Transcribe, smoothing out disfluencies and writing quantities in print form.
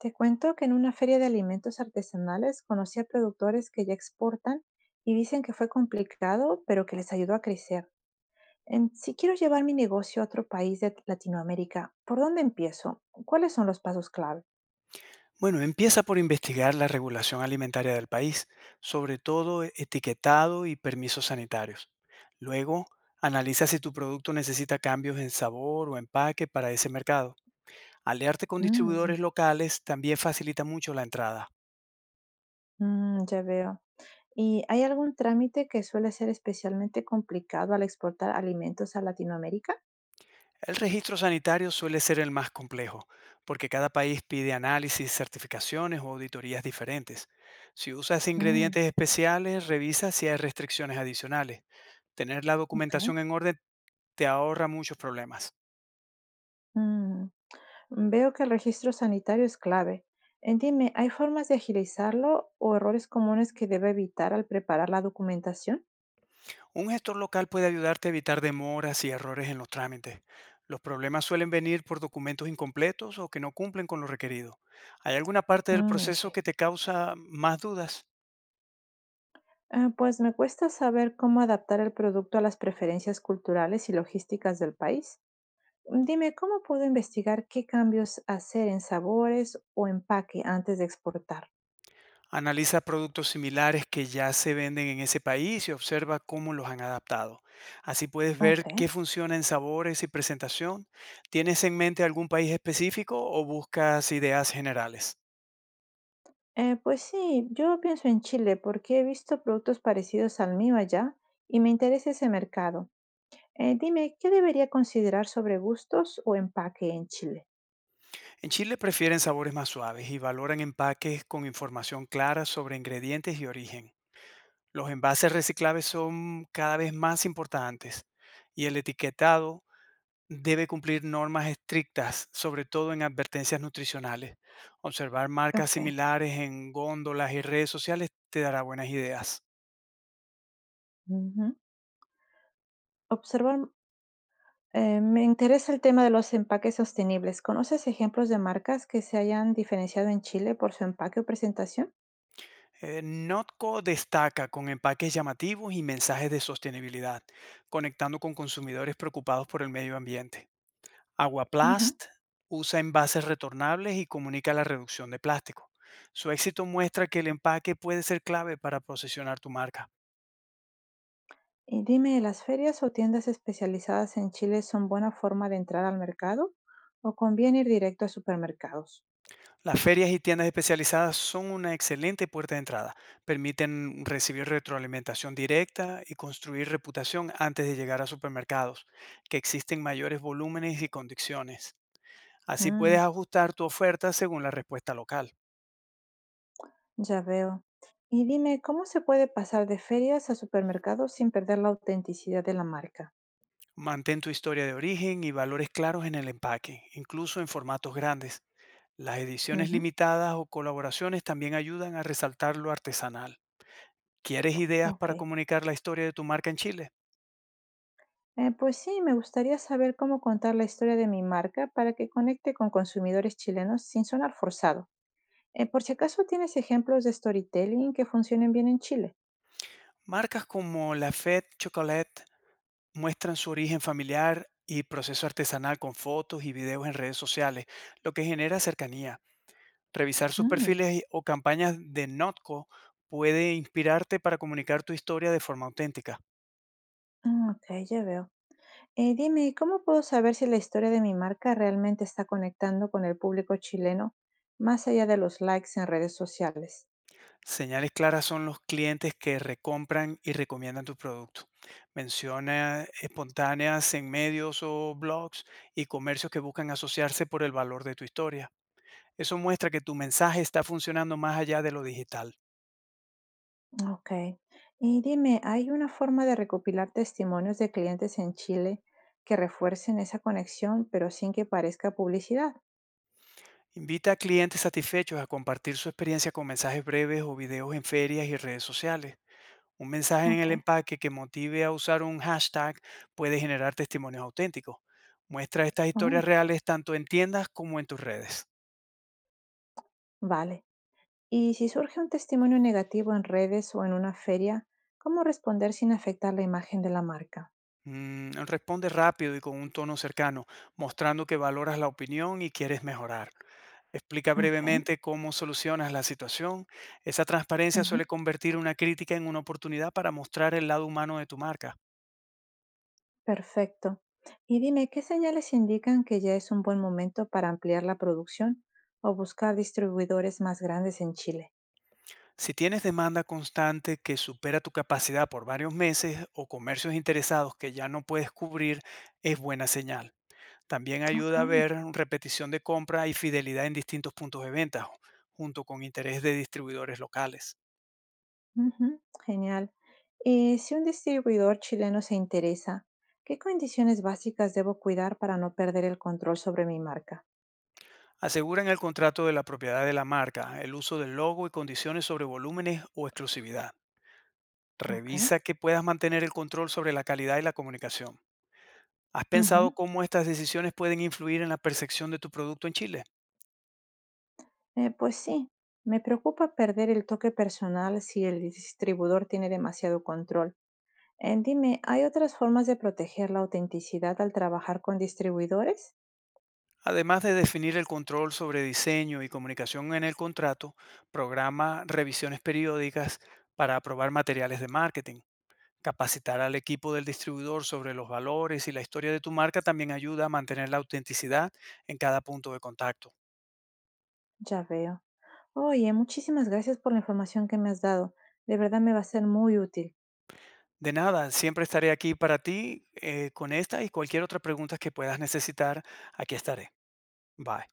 Te cuento que en una feria de alimentos artesanales conocí a productores que ya exportan y dicen que fue complicado, pero que les ayudó a crecer. Si quiero llevar mi negocio a otro país de Latinoamérica, ¿por dónde empiezo? ¿Cuáles son los pasos clave? Bueno, empieza por investigar la regulación alimentaria del país, sobre todo etiquetado y permisos sanitarios. Luego, analiza si tu producto necesita cambios en sabor o empaque para ese mercado. Aliarte con Mm, distribuidores locales también facilita mucho la entrada. Ya veo. ¿Y hay algún trámite que suele ser especialmente complicado al exportar alimentos a Latinoamérica? El registro sanitario suele ser el más complejo, porque cada país pide análisis, certificaciones o auditorías diferentes. Si usas Mm, ingredientes especiales, revisa si hay restricciones adicionales. Tener la ok. documentación en orden te ahorra muchos problemas. Mm. Veo que el registro sanitario es clave. Dime, ¿hay formas de agilizarlo o errores comunes que debe evitar al preparar la documentación? Un gestor local puede ayudarte a evitar demoras y errores en los trámites. Los problemas suelen venir por documentos incompletos o que no cumplen con lo requerido. ¿Hay alguna parte del Mm, proceso ok. que te causa más dudas? Ah, pues me cuesta saber cómo adaptar el producto a las preferencias culturales y logísticas del país. Dime, ¿cómo puedo investigar qué cambios hacer en sabores o empaque antes de exportar? Analiza productos similares que ya se venden en ese país y observa cómo los han adaptado. Así puedes Ok. ver qué funciona en sabores y presentación. ¿Tienes en mente algún país específico o buscas ideas generales? Pues sí, yo pienso en Chile porque he visto productos parecidos al mío allá y me interesa ese mercado. Dime, ¿qué debería considerar sobre gustos o empaque en Chile? En Chile prefieren sabores más suaves y valoran empaques con información clara sobre ingredientes y origen. Los envases reciclables son cada vez más importantes y el etiquetado debe cumplir normas estrictas, sobre todo en advertencias nutricionales. Observar marcas Ok. similares en góndolas y redes sociales te dará buenas ideas. Ujú. Observar, me interesa el tema de los empaques sostenibles. ¿Conoces ejemplos de marcas que se hayan diferenciado en Chile por su empaque o presentación? Notco destaca con empaques llamativos y mensajes de sostenibilidad, conectando con consumidores preocupados por el medio ambiente. Ujú. Aguaplast usa envases retornables y comunica la reducción de plástico. Su éxito muestra que el empaque puede ser clave para posicionar tu marca. Y dime, ¿las ferias o tiendas especializadas en Chile son buena forma de entrar al mercado o conviene ir directo a supermercados? Las ferias y tiendas especializadas son una excelente puerta de entrada. Permiten recibir retroalimentación directa y construir reputación antes de llegar a supermercados, que existen mayores volúmenes y condiciones. Así puedes Mm, ajustar tu oferta según la respuesta local. ya veo. Y dime, ¿cómo se puede pasar de ferias a supermercados sin perder la autenticidad de la marca? Mantén tu historia de origen y valores claros en el empaque, incluso en formatos grandes. Las ediciones Ujú. limitadas o colaboraciones también ayudan a resaltar lo artesanal. ¿Quieres ideas Ok. para comunicar la historia de tu marca en Chile? Pues sí, me gustaría saber cómo contar la historia de mi marca para que conecte con consumidores chilenos sin sonar forzado. Por si acaso tienes ejemplos de storytelling que funcionen bien en Chile. Marcas como La Fête Chocolate muestran su origen familiar y proceso artesanal con fotos y videos en redes sociales, lo que genera cercanía. Revisar sus Mm, perfiles o campañas de Notco puede inspirarte para comunicar tu historia de forma auténtica. Ok, ya veo. Dime, ¿cómo puedo saber si la historia de mi marca realmente está conectando con el público chileno más allá de los likes en redes sociales? Señales claras son los clientes que recompran y recomiendan tu producto. Menciones espontáneas en medios o blogs y comercios que buscan asociarse por el valor de tu historia. Eso muestra que tu mensaje está funcionando más allá de lo digital. Ok. Y dime, ¿hay una forma de recopilar testimonios de clientes en Chile que refuercen esa conexión, pero sin que parezca publicidad? Invita a clientes satisfechos a compartir su experiencia con mensajes breves o videos en ferias y redes sociales. Un mensaje en Ok. el empaque que motive a usar un hashtag puede generar testimonios auténticos. Muestra estas historias Oh, reales tanto en tiendas como en tus redes. vale. Y si surge un testimonio negativo en redes o en una feria, ¿cómo responder sin afectar la imagen de la marca? Responde rápido y con un tono cercano, mostrando que valoras la opinión y quieres mejorar. Explica Ok. brevemente cómo solucionas la situación. Esa transparencia suele Ujú, convertir una crítica en una oportunidad para mostrar el lado humano de tu marca. perfecto. Y dime, ¿qué señales indican que ya es un buen momento para ampliar la producción o buscar distribuidores más grandes en Chile? Si tienes demanda constante que supera tu capacidad por varios meses o comercios interesados que ya no puedes cubrir, es buena señal. También Ok. ayuda a ver repetición de compra y fidelidad en distintos puntos de venta, junto con interés de distribuidores locales. Ujú, genial. Y si un distribuidor chileno se interesa, ¿qué condiciones básicas debo cuidar para no perder el control sobre mi marca? Aseguran el contrato de la propiedad de la marca, el uso del logo y condiciones sobre volúmenes o exclusividad. Ok. Revisa que puedas mantener el control sobre la calidad y la comunicación. ¿Has pensado Ujú. cómo estas decisiones pueden influir en la percepción de tu producto en Chile? Pues sí, me preocupa perder el toque personal si el distribuidor tiene demasiado control. Dime, ¿hay otras formas de proteger la autenticidad al trabajar con distribuidores? Además de definir el control sobre diseño y comunicación en el contrato, programa revisiones periódicas para aprobar materiales de marketing. Capacitar al equipo del distribuidor sobre los valores y la historia de tu marca también ayuda a mantener la autenticidad en cada punto de contacto. Ya veo. Oye, muchísimas gracias por la información que me has dado. De verdad me va a ser muy útil. De nada, siempre estaré aquí para ti con esta y cualquier otra pregunta que puedas necesitar, aquí estaré. Bye.